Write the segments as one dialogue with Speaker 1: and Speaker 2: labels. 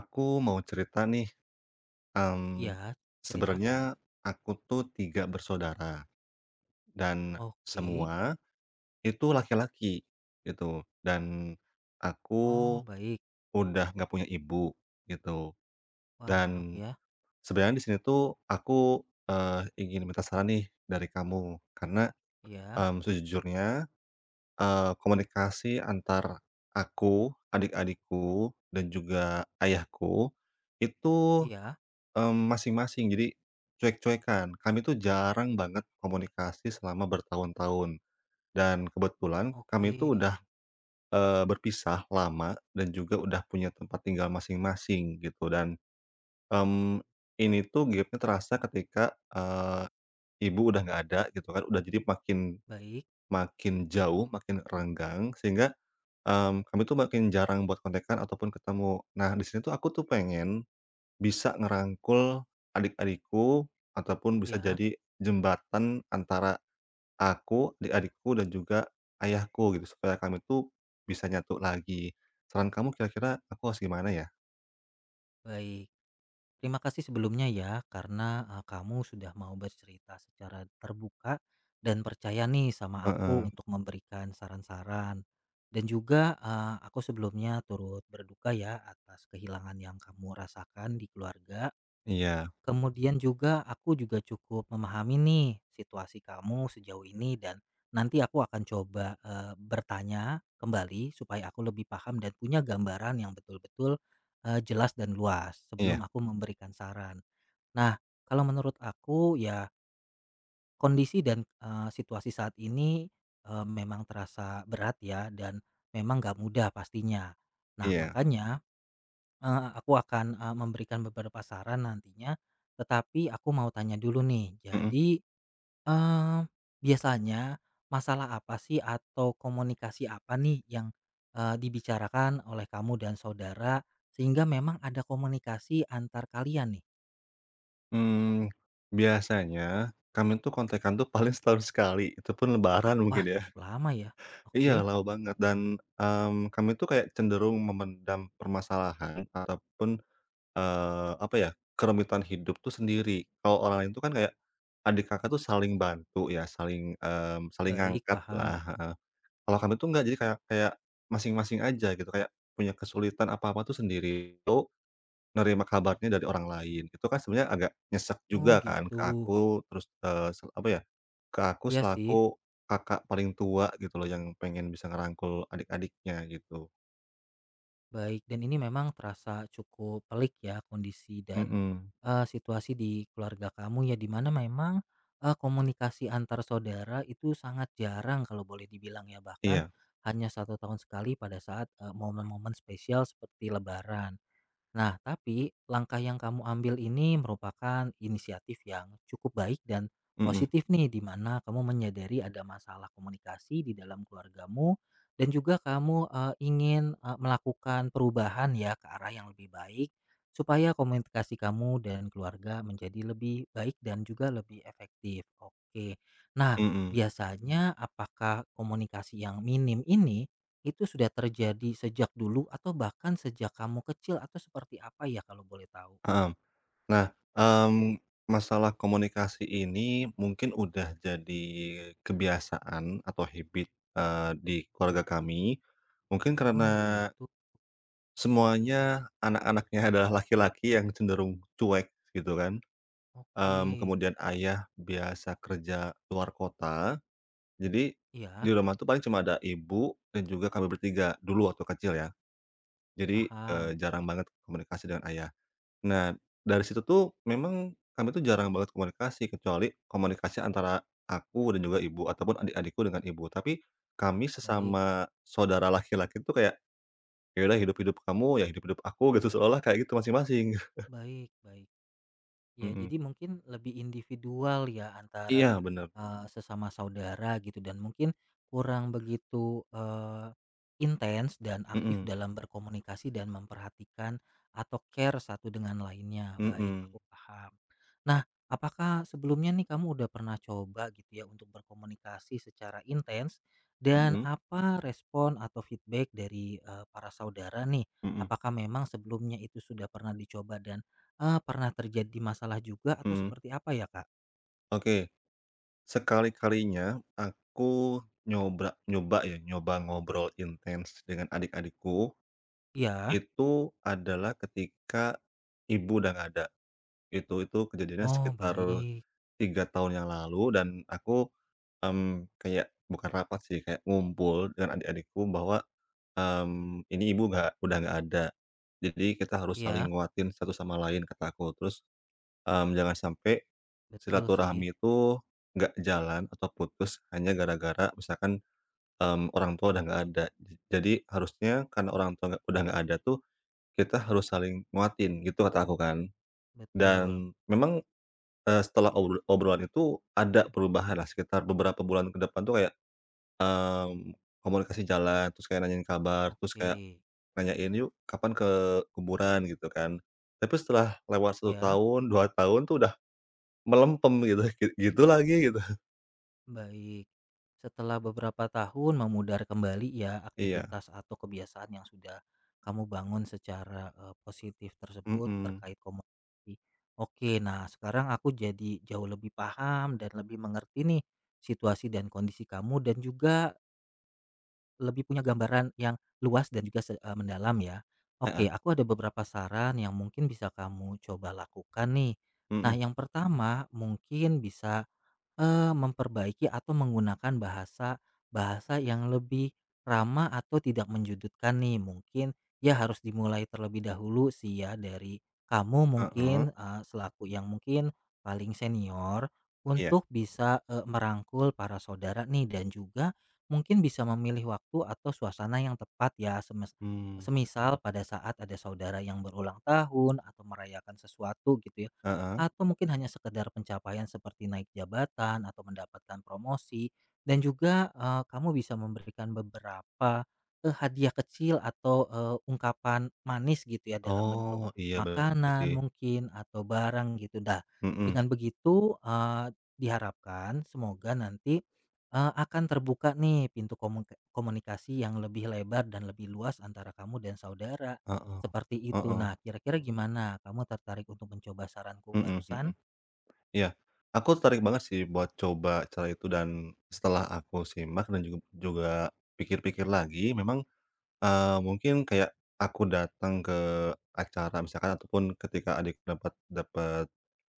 Speaker 1: Aku mau cerita nih, mmm,
Speaker 2: Iya, cerita
Speaker 1: sebenarnya
Speaker 2: apa?
Speaker 1: aku tuh 3 bersaudara dan
Speaker 2: Oke.
Speaker 1: semua itu laki-laki gitu, dan aku
Speaker 2: Oh, baik.
Speaker 1: udah nggak punya ibu gitu.
Speaker 2: Wah, maaf
Speaker 1: Dan
Speaker 2: ya.
Speaker 1: sebenarnya di sini tuh aku, ingin minta saran nih dari kamu karena,
Speaker 2: Iya,
Speaker 1: sejujurnya, komunikasi antar aku, adik-adikku, dan juga ayahku itu
Speaker 2: iya.
Speaker 1: Masing-masing. Jadi cuek-cuekan. Kami tuh jarang banget komunikasi selama bertahun-tahun dan kebetulan kami
Speaker 2: Oke.
Speaker 1: itu udah, berpisah lama dan juga udah punya tempat tinggal masing-masing gitu dan, mmm, ini tuh gap-nya terasa ketika, ibu udah nggak ada gitu kan, udah jadi makin
Speaker 2: Baik,
Speaker 1: makin jauh, makin renggang sehingga, kami tuh makin jarang buat kontekan ataupun ketemu. Nah, di sini tuh aku tuh pengen bisa ngerangkul adik-adikku ataupun bisa
Speaker 2: ya,
Speaker 1: jadi jembatan antara aku, adik-adikku dan juga ayahku gitu supaya kami tuh bisa nyatu lagi. Saran kamu kira-kira aku harus gimana ya?
Speaker 2: baik. Terima kasih sebelumnya ya karena kamu sudah mau bercerita secara terbuka dan percaya nih sama aku
Speaker 1: Heeh.
Speaker 2: untuk memberikan saran-saran. Dan juga aku sebelumnya turut berduka ya atas kehilangan yang kamu rasakan di keluarga.
Speaker 1: Iya
Speaker 2: Kemudian juga aku juga cukup memahami nih situasi kamu sejauh ini dan nanti aku akan coba bertanya kembali supaya aku lebih paham dan punya gambaran yang betul-betul jelas dan luas
Speaker 1: iya
Speaker 2: sebelum aku memberikan saran. Nah, kalau menurut aku ya kondisi dan situasi saat ini memang terasa berat ya dan memang gak mudah pastinya. Nah,
Speaker 1: iya,
Speaker 2: makanya aku akan, memberikan beberapa saran nantinya, tetapi aku mau tanya dulu nih.
Speaker 1: mhm.
Speaker 2: Jadi, eee, biasanya masalah apa sih atau komunikasi apa nih yang, dibicarakan oleh kamu dan saudara sehingga memang ada komunikasi antar kalian nih?
Speaker 1: Mmm, biasanya kami tuh kontekan tuh paling setahun sekali, itu pun lebaran mungkin
Speaker 2: Wah,
Speaker 1: ya.
Speaker 2: cukup lama ya.
Speaker 1: Iya
Speaker 2: Oke,
Speaker 1: lama banget dan, kami tuh kayak cenderung memendam permasalahan ataupun apa ya, kerumitan hidup tuh sendiri. Kalau orang lain tuh kan kayak, adik kakak tuh saling bantu ya, saling
Speaker 2: baik,
Speaker 1: ngangkat
Speaker 2: paham.
Speaker 1: lah, heeh. Kalau kami tuh enggak, jadi kayak kayak masing-masing aja gitu, kayak punya kesulitan apa-apa tuh sendiri, tuh nerima kabarnya dari orang lain. Itu kan sebenarnya agak nyesek
Speaker 2: Oh,
Speaker 1: juga kan
Speaker 2: gitu.
Speaker 1: ke aku, terus, eee, se apa ya, ke aku
Speaker 2: Iya sih.
Speaker 1: selaku kakak paling tua gitu loh, yang pengen bisa ngerangkul adik-adiknya gitu.
Speaker 2: Baik, dan ini memang terasa cukup pelik ya kondisi dan,
Speaker 1: Mhm.
Speaker 2: situasi di keluarga kamu ya di mana memang, komunikasi antar saudara itu sangat jarang kalau boleh dibilang ya bahkan
Speaker 1: Iya.
Speaker 2: hanya satu tahun sekali pada saat, momen-momen spesial seperti lebaran. Nah, tapi langkah yang kamu ambil ini merupakan inisiatif yang cukup baik dan
Speaker 1: Mhm
Speaker 2: positif nih di mana kamu menyadari ada masalah komunikasi di dalam keluargamu dan juga kamu ingin melakukan perubahan ya ke arah yang lebih baik supaya komunikasi kamu dan keluarga menjadi lebih baik dan juga lebih efektif. Oke. Nah,
Speaker 1: mhm.
Speaker 2: biasanya apakah komunikasi yang minim ini itu sudah terjadi sejak dulu atau bahkan sejak kamu kecil atau seperti apa ya kalau boleh tahu?
Speaker 1: Heeh. Nah, masalah komunikasi ini mungkin udah jadi kebiasaan atau habit, di keluarga kami. Mungkin
Speaker 2: Oh
Speaker 1: karena
Speaker 2: gitu.
Speaker 1: semuanya anak-anaknya adalah laki-laki yang cenderung cuek gitu kan,
Speaker 2: Oke.
Speaker 1: kemudian ayah biasa kerja luar kota, jadi di
Speaker 2: Iya,
Speaker 1: rumah tuh paling cuma ada ibu dan juga kami bertiga dulu waktu kecil ya. Jadi,
Speaker 2: paham.
Speaker 1: jarang banget komunikasi dengan ayah. Nah, dari situ tuh memang kami tuh jarang banget komunikasi, kecuali komunikasi antara aku dan juga ibu ataupun adik-adikku dengan ibu. Tapi kami
Speaker 2: Baik,
Speaker 1: sesama saudara laki-laki tuh kayak, "Ya udah hidup-hidup kamu, ya hidup-hidup aku," gitu, seolah kayak gitu masing-masing.
Speaker 2: baik, baik. Ya,
Speaker 1: Mhm.
Speaker 2: jadi mungkin lebih individual ya antara,
Speaker 1: Iya, bener.
Speaker 2: sesama saudara gitu dan mungkin kurang begitu, intens dan aktif
Speaker 1: Mhm,
Speaker 2: dalam berkomunikasi dan memperhatikan atau care satu dengan lainnya. Baik,
Speaker 1: mhm,
Speaker 2: aku paham. Nah, apakah sebelumnya nih kamu udah pernah coba gitu ya untuk berkomunikasi secara intens dan
Speaker 1: mhm,
Speaker 2: apa respon atau feedback dari, para saudara nih?
Speaker 1: mhm,
Speaker 2: Apakah memang sebelumnya itu sudah pernah dicoba dan pernah terjadi masalah juga atau
Speaker 1: mhm.
Speaker 2: seperti apa ya, Kak?
Speaker 1: Oke, sekali-kalinya aku nyoba ngobrol intens dengan adik-adikku,
Speaker 2: Iya?
Speaker 1: itu adalah ketika ibu udah nggak ada. Itu kejadiannya
Speaker 2: Oh,
Speaker 1: sekitar
Speaker 2: baik.
Speaker 1: 3 tahun yang lalu dan aku, kayak bukan rapat sih, kayak ngumpul dengan adik-adikku bahwa, "Ini ibu nggak udah nggak ada, jadi kita harus saling
Speaker 2: Iya,
Speaker 1: nguatin satu sama lain," kata aku. Terus, "Jangan sampai
Speaker 2: betul sih,
Speaker 1: silaturahmi itu nggak jalan atau putus hanya gara-gara misalkan, orang tua udah nggak ada. Jadi harusnya karena orang tua nggak udah nggak ada tuh, kita harus saling nguatin," gitu kata aku kan.
Speaker 2: betul.
Speaker 1: Dan memang setelah obrolan itu ada perubahan lah sekitar beberapa bulan ke depan tuh kayak, mmm, komunikasi jalan, terus kayak nanyain kabar, terus kayak
Speaker 2: Oke,
Speaker 1: nanyain, "Yuk kapan ke kuburan?" Gitu kan. Tapi setelah lewat satu
Speaker 2: ya
Speaker 1: tahun, 2 tahun tuh udah melempem gitu, gitu lagi gitu.
Speaker 2: baik. Setelah beberapa tahun memudar kembali ya
Speaker 1: Iya,
Speaker 2: aktivitas atau kebiasaan yang sudah kamu bangun secara, positif tersebut
Speaker 1: mhm,
Speaker 2: terkait komunikasi. Oke, nah sekarang aku jadi jauh lebih paham dan lebih mengerti nih situasi dan kondisi kamu dan juga lebih punya gambaran yang luas dan juga se mendalam ya. Oke,
Speaker 1: heeh,
Speaker 2: aku ada beberapa saran yang mungkin bisa kamu coba lakukan nih. Nah,
Speaker 1: mhm,
Speaker 2: yang pertama mungkin bisa, memperbaiki atau menggunakan bahasa bahasa yang lebih ramah atau tidak menjudutkan nih mungkin ya harus dimulai terlebih dahulu sih ya dari kamu
Speaker 1: heeh,
Speaker 2: mungkin, selaku yang mungkin paling senior
Speaker 1: iya,
Speaker 2: untuk bisa, merangkul para saudara nih dan juga mungkin bisa memilih waktu atau suasana yang tepat ya
Speaker 1: mmm,
Speaker 2: semisal pada saat ada saudara yang berulang tahun atau merayakan sesuatu gitu ya
Speaker 1: heeh.
Speaker 2: atau mungkin hanya sekedar pencapaian seperti naik jabatan atau mendapatkan promosi dan juga kamu bisa memberikan beberapa hadiah kecil atau ungkapan manis gitu ya dalam bentuk
Speaker 1: Oh, iya bener
Speaker 2: makanan
Speaker 1: sih,
Speaker 2: mungkin atau barang gitu dah
Speaker 1: mhm,
Speaker 2: dengan begitu diharapkan semoga nanti akan terbuka nih pintu komunikasi yang lebih lebar dan lebih luas antara kamu dan saudara
Speaker 1: heeh,
Speaker 2: seperti itu.
Speaker 1: heeh,
Speaker 2: Nah, kira-kira gimana? Kamu tertarik untuk mencoba saranku
Speaker 1: mhm
Speaker 2: barusan?
Speaker 1: mhm. Iya, aku tertarik banget sih buat coba cara itu dan setelah aku simak dan juga pikir-pikir lagi memang, mungkin kayak aku datang ke acara misalkan ataupun ketika adik dapat dapat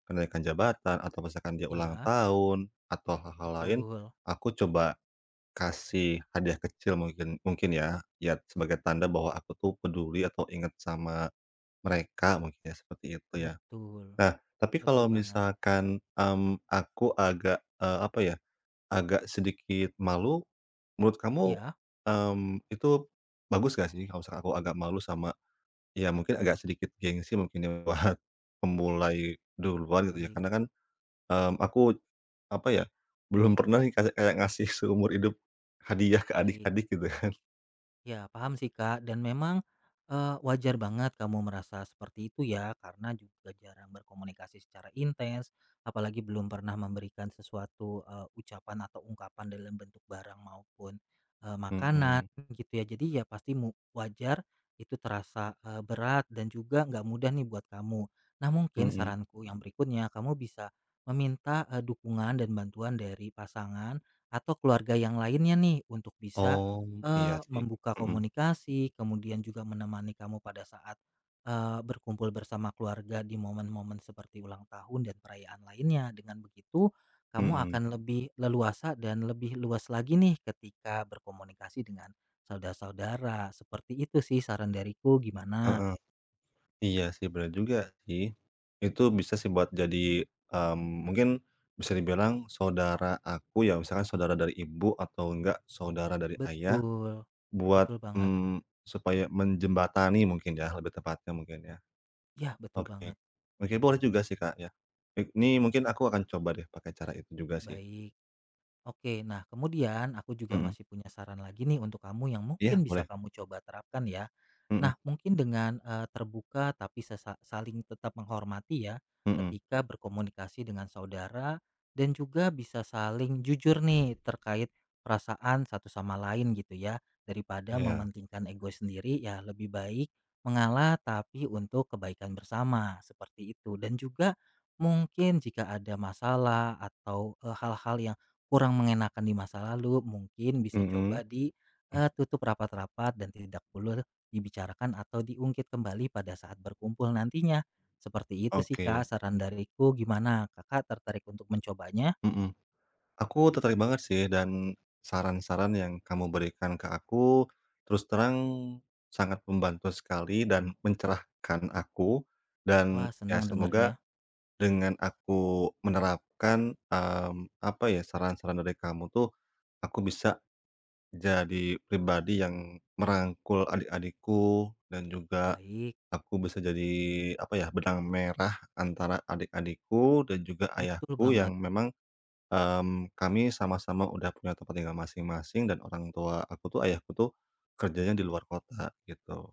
Speaker 1: kenaikan jabatan atau misalkan dia ulang
Speaker 2: Iya,
Speaker 1: tahun atau hal-hal lain,
Speaker 2: betul,
Speaker 1: aku coba kasih hadiah kecil mungkin mungkin ya, ya sebagai tanda bahwa aku tuh peduli atau ingat sama mereka mungkin ya seperti itu ya.
Speaker 2: betul,
Speaker 1: Nah, tapi
Speaker 2: betul
Speaker 1: kalau
Speaker 2: banget.
Speaker 1: misalkan, aku agak, apa ya, agak sedikit malu, menurut kamu,
Speaker 2: Iya,
Speaker 1: itu bagus gak sih kalau misalkan aku agak malu sama ya mungkin agak sedikit gengsi mungkin ya buat memulai duluan gitu ya,
Speaker 2: baik,
Speaker 1: karena kan, aku apa ya, belum pernah nih kayak kayak ngasih seumur hidup hadiah ke
Speaker 2: baik.
Speaker 1: adik-adik gitu kan.
Speaker 2: Ya, paham sih, Kak, dan memang, wajar banget kamu merasa seperti itu ya, karena juga jarang berkomunikasi secara intens, apalagi belum pernah memberikan sesuatu, ucapan atau ungkapan dalam bentuk barang maupun, makanan
Speaker 1: Mhm,
Speaker 2: gitu ya. Jadi ya pasti mu wajar itu terasa, berat dan juga nggak mudah nih buat kamu. Nah, mungkin
Speaker 1: mhm.
Speaker 2: saranku yang berikutnya, kamu bisa meminta, dukungan dan bantuan dari pasangan atau keluarga yang lainnya nih untuk bisa,
Speaker 1: Oh, iya sih.
Speaker 2: Membuka
Speaker 1: Mhm,
Speaker 2: komunikasi, kemudian juga menemani kamu pada saat, berkumpul bersama keluarga di momen-momen seperti ulang tahun dan perayaan lainnya. Dengan begitu, kamu
Speaker 1: mhm,
Speaker 2: akan lebih leluasa dan lebih luas lagi nih ketika berkomunikasi dengan saudara-saudara. Seperti itu sih saran dariku, gimana?
Speaker 1: heeh. Iya sih, bener juga sih. Itu bisa sih buat jadi, mungkin bisa dibilang saudara aku ya, misalkan saudara dari ibu atau enggak saudara dari ayah
Speaker 2: Betul,
Speaker 1: buat,
Speaker 2: betul banget.
Speaker 1: mmm, supaya menjembatani mungkin ya, lebih tepatnya mungkin ya.
Speaker 2: Ya, betul
Speaker 1: Oke.
Speaker 2: banget.
Speaker 1: Oke boleh juga sih, Kak, ya. Ini mungkin aku akan coba deh pakai cara itu juga sih.
Speaker 2: Baik. Oke, nah kemudian aku juga
Speaker 1: Mhm.
Speaker 2: masih punya saran lagi nih untuk kamu yang mungkin
Speaker 1: Iya
Speaker 2: bisa
Speaker 1: boleh.
Speaker 2: kamu coba terapkan ya.
Speaker 1: Mhm
Speaker 2: Nah, mungkin dengan terbuka tapi saling tetap menghormati ya
Speaker 1: mhm.
Speaker 2: ketika berkomunikasi dengan saudara dan juga bisa saling jujur nih terkait perasaan satu sama lain gitu ya. Daripada
Speaker 1: Iya.
Speaker 2: mementingkan ego sendiri ya lebih baik mengalah tapi untuk kebaikan bersama seperti itu dan juga mungkin jika ada masalah atau hal-hal yang kurang mengenakan di masa lalu, mungkin bisa
Speaker 1: Mhm.
Speaker 2: coba ditutup rapat-rapat dan tidak perlu dibicarakan atau diungkit kembali pada saat berkumpul nantinya. Seperti itu sih
Speaker 1: Oke.
Speaker 2: Kak, saran dariku gimana? Kakak tertarik untuk mencobanya?
Speaker 1: Mhm. Aku tertarik banget sih dan saran-saran yang kamu berikan ke aku terus terang sangat membantu sekali dan mencerahkan aku dan
Speaker 2: Wah,
Speaker 1: ya
Speaker 2: senang
Speaker 1: semoga
Speaker 2: dengernya.
Speaker 1: dengan aku menerapkan, apa ya, saran-saran dari kamu tuh aku bisa jadi pribadi yang merangkul adik-adikku dan juga
Speaker 2: Baik,
Speaker 1: aku bisa jadi, apa ya, benang merah antara adik-adikku dan juga
Speaker 2: betul
Speaker 1: ayahku
Speaker 2: banget.
Speaker 1: yang memang kami sama-sama udah punya tempat tinggal masing-masing dan orang tua aku tuh, ayahku tuh kerjanya di luar kota gitu.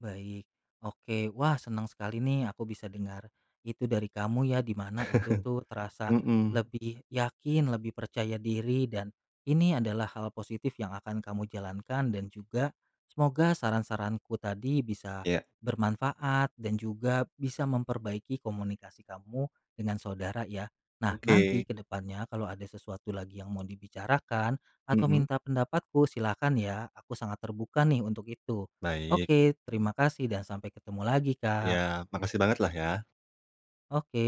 Speaker 2: Baik, oke. Wah, senang sekali nih aku bisa dengar itu dari kamu ya, di mana itu tuh terasa
Speaker 1: Mhm,
Speaker 2: lebih yakin, lebih percaya diri, dan ini adalah hal positif yang akan kamu jalankan dan juga semoga saran-saranku tadi bisa
Speaker 1: ya,
Speaker 2: bermanfaat dan juga bisa memperbaiki komunikasi kamu dengan saudara ya. Nah,
Speaker 1: oke,
Speaker 2: nanti ke depannya kalau ada sesuatu lagi yang mau dibicarakan atau
Speaker 1: mhm,
Speaker 2: minta pendapatku, silakan ya. Aku sangat terbuka nih untuk itu.
Speaker 1: baik,
Speaker 2: Oke, terima kasih dan sampai ketemu lagi,
Speaker 1: ya,
Speaker 2: Kak.
Speaker 1: makasih banget lah ya.
Speaker 2: Oke.